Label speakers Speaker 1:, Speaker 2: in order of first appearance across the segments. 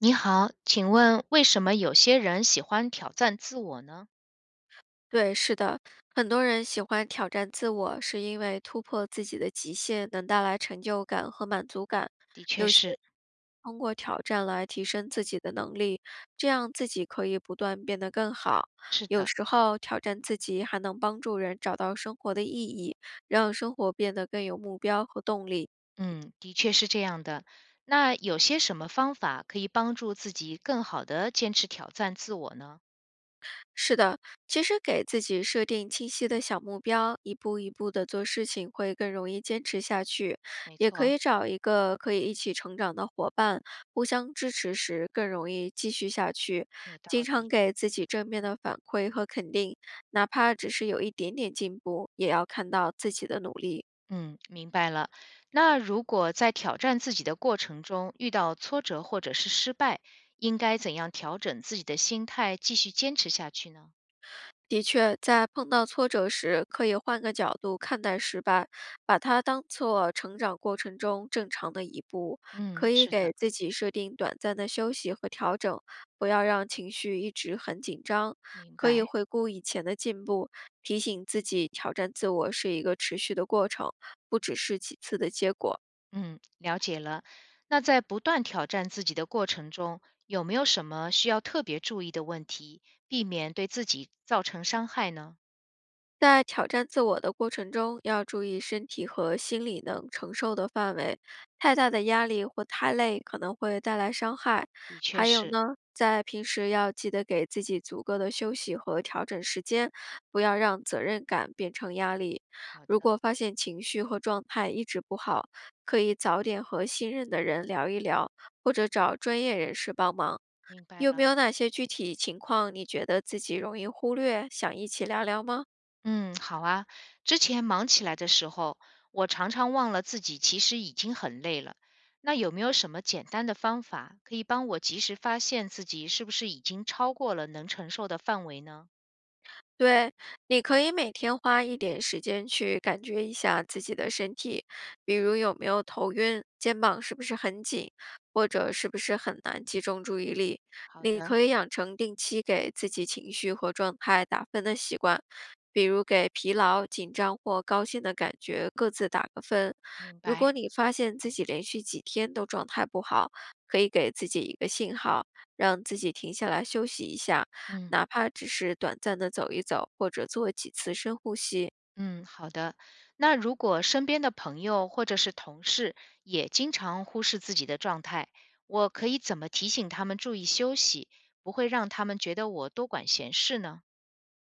Speaker 1: 你好，请问为什么有些人喜欢挑战自我呢？
Speaker 2: 对，是的，很多人喜欢挑战自我，是因为突破自己的极限能带来成就感和满足感。
Speaker 1: 的确
Speaker 2: 有些人
Speaker 1: 是，
Speaker 2: 通过挑战来提升自己的能力，这样自己可以不断变得更好。
Speaker 1: 是
Speaker 2: 有
Speaker 1: 的，
Speaker 2: 时候挑战自己还能帮助人找到生活的意义，让生活变得更有目标和动力。
Speaker 1: 嗯，的确是这样的。那有些什么方法可以帮助自己更好的坚持挑战自我呢？
Speaker 2: 是的，其实给自己设定清晰的小目标，一步一步的做事情会更容易坚持下去。
Speaker 1: 没
Speaker 2: 也可
Speaker 1: 错，
Speaker 2: 以找一个可以一起成长的伙伴，互相支持时更容易继续下去。
Speaker 1: 有道
Speaker 2: 经常
Speaker 1: 理。
Speaker 2: 给自己正面的反馈和肯定，哪怕只是有一点点进步，也要看到自己的努力。
Speaker 1: 嗯，明白了。那如果在挑战自己的过程中遇到挫折或者是失败，应该怎样调整自己的心态，继续坚持下去呢？
Speaker 2: 的确，在碰到挫折时，可以换个角度看待失败，把它当做成长过程中正常的一步。
Speaker 1: 嗯，
Speaker 2: 可以
Speaker 1: 是的，
Speaker 2: 给自己设定短暂的休息和调整，不要让情绪一直很紧张。
Speaker 1: 明
Speaker 2: 可以
Speaker 1: 白。
Speaker 2: 回顾以前的进步，提醒自己挑战自我是一个持续的过程，不只是几次的结果。
Speaker 1: 嗯，了解了。那在不断挑战自己的过程中，有没有什么需要特别注意的问题，避免对自己造成伤害呢？
Speaker 2: 在挑战自我的过程中，要注意身体和心理能承受的范围。太大的压力或太累可能会带来伤害。
Speaker 1: 的确
Speaker 2: 还有
Speaker 1: 是，
Speaker 2: 呢，在平时要记得给自己足够的休息和调整时间，不要让责任感变成压力。
Speaker 1: 好
Speaker 2: 如
Speaker 1: 的，
Speaker 2: 果发现情绪和状态一直不好，可以早点和信任的人聊一聊，或者找专业人士帮忙。
Speaker 1: 明白
Speaker 2: 有没
Speaker 1: 了。
Speaker 2: 有哪些具体情况你觉得自己容易忽略，想一起聊聊吗？
Speaker 1: 嗯，好啊。之前忙起来的时候，我常常忘了自己其实已经很累了。那有没有什么简单的方法可以帮我及时发现自己是不是已经超过了能承受的范围呢？
Speaker 2: 对，你可以每天花一点时间去感觉一下自己的身体，比如有没有头晕，肩膀是不是很紧，或者是不是很难集中注意力。
Speaker 1: 好
Speaker 2: 你
Speaker 1: 的，
Speaker 2: 可以养成定期给自己情绪和状态打分的习惯，比如给疲劳、紧张或高兴的感觉各自打个分。
Speaker 1: 明
Speaker 2: 如
Speaker 1: 白。
Speaker 2: 果你发现自己连续几天都状态不好，可以给自己一个信号，让自己停下来休息一下。
Speaker 1: 嗯。
Speaker 2: 哪怕只是短暂的走一走，或者做几次深呼吸。
Speaker 1: 嗯，好的。那如果身边的朋友或者是同事也经常忽视自己的状态，我可以怎么提醒他们注意休息，不会让他们觉得我多管闲事呢？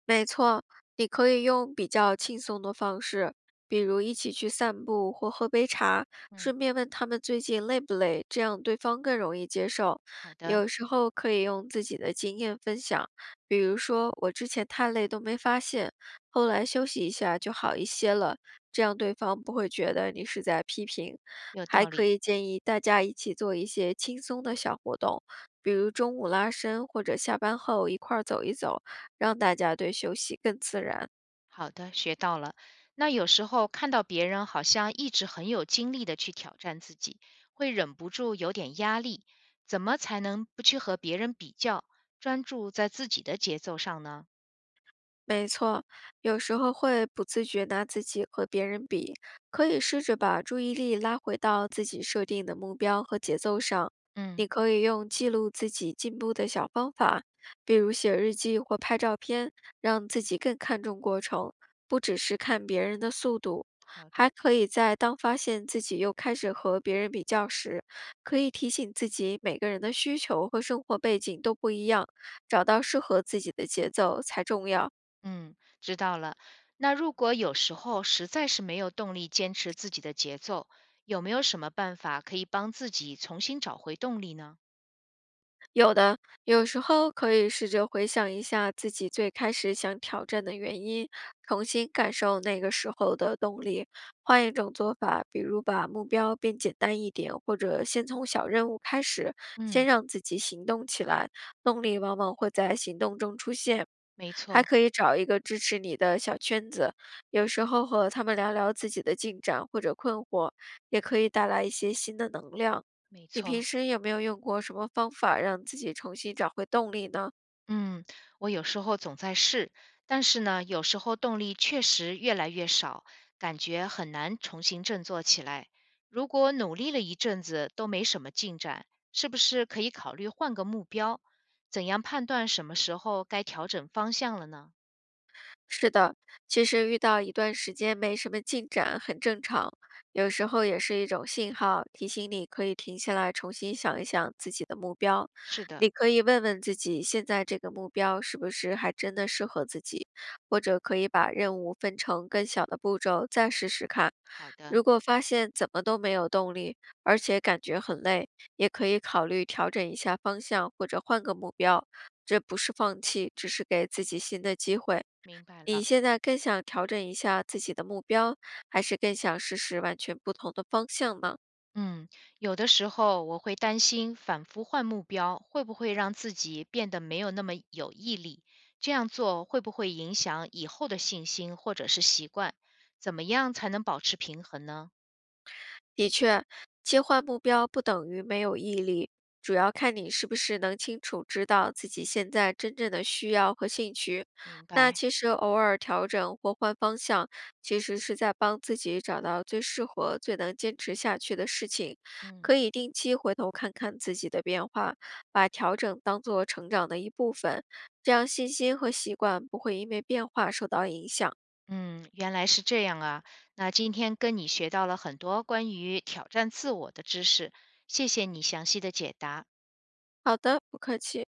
Speaker 2: 没错，你可以用比较轻松的方式，比如一起去散步或喝杯茶，
Speaker 1: 嗯，
Speaker 2: 顺便问他们最近累不累，这样对方更容易接受。
Speaker 1: 好的，
Speaker 2: 有时候可以用自己的经验分享，比如说我之前太累都没发现，后来休息一下就好一些了，这样对方不会觉得你是在批评。
Speaker 1: 有
Speaker 2: 还
Speaker 1: 道
Speaker 2: 可
Speaker 1: 理。
Speaker 2: 以建议大家一起做一些轻松的小活动，比如中午拉伸或者下班后一块儿走一走。让大家对休息更自然。
Speaker 1: 好的，学到了。那有时候看到别人好像一直很有精力的去挑战自己，会忍不住有点压力。怎么才能不去和别人比较，专注在自己的节奏上呢？
Speaker 2: 没错，有时候会不自觉拿自己和别人比，可以试着把注意力拉回到自己设定的目标和节奏上。
Speaker 1: 嗯，
Speaker 2: 你可以用记录自己进步的小方法，比如写日记或拍照片，让自己更看重过程，不只是看别人的速度。
Speaker 1: 好
Speaker 2: 还
Speaker 1: 的。
Speaker 2: 可以在当发现自己又开始和别人比较时，可以提醒自己，每个人的需求和生活背景都不一样，找到适合自己的节奏才重要。
Speaker 1: 嗯，知道了。那如果有时候实在是没有动力坚持自己的节奏，有没有什么办法可以帮自己重新找回动力呢？
Speaker 2: 有的，有时候可以试着回想一下自己最开始想挑战的原因，重新感受那个时候的动力。换一种做法，比如把目标变简单一点，或者先从小任务开始，先
Speaker 1: 嗯，
Speaker 2: 让自己行动起来，动力往往会在行动中出现。
Speaker 1: 没
Speaker 2: 还
Speaker 1: 错，
Speaker 2: 可以找一个支持你的小圈子，有时候和他们聊聊自己的进展或者困惑，也可以带来一些新的能量。
Speaker 1: 没
Speaker 2: 你平
Speaker 1: 错。
Speaker 2: 时有没有用过什么方法让自己重新找回动力呢？
Speaker 1: 嗯，我有时候总在试，但是呢，有时候动力确实越来越少，感觉很难重新振作起来。如果努力了一阵子都没什么进展，是不是可以考虑换个目标？怎样判断什么时候该调整方向了呢？
Speaker 2: 是的，其实遇到一段时间没什么进展很正常，有时候也是一种信号，提醒你可以停下来重新想一想自己的目标。
Speaker 1: 是的，
Speaker 2: 你可以问问自己，现在这个目标是不是还真的适合自己，或者可以把任务分成更小的步骤再试试看。
Speaker 1: 好的，
Speaker 2: 如果发现怎么都没有动力，而且感觉很累，也可以考虑调整一下方向或者换个目标。这不是放弃，只是给自己新的机会。
Speaker 1: 明白
Speaker 2: 你
Speaker 1: 了。
Speaker 2: 现在更想调整一下自己的目标，还是更想试试完全不同的方向呢？
Speaker 1: 嗯，有的时候我会担心反复换目标会不会让自己变得没有那么有毅力，这样做会不会影响以后的信心或者是习惯？怎么样才能保持平衡呢？
Speaker 2: 的确，切换目标不等于没有毅力，主要看你是不是能清楚知道自己现在真正的需要和兴趣。
Speaker 1: 明
Speaker 2: 那
Speaker 1: 白。
Speaker 2: 其实偶尔调整或换方向，其实是在帮自己找到最适合、最能坚持下去的事情。
Speaker 1: 嗯
Speaker 2: 可以定期回头看看自己的变化，把调整当做成长的一部分，这样信心和习惯不会因为变化受到影响。
Speaker 1: 嗯，原来是这样啊。那今天跟你学到了很多关于挑战自我的知识，谢谢你详细的解答。
Speaker 2: 好的，不客气。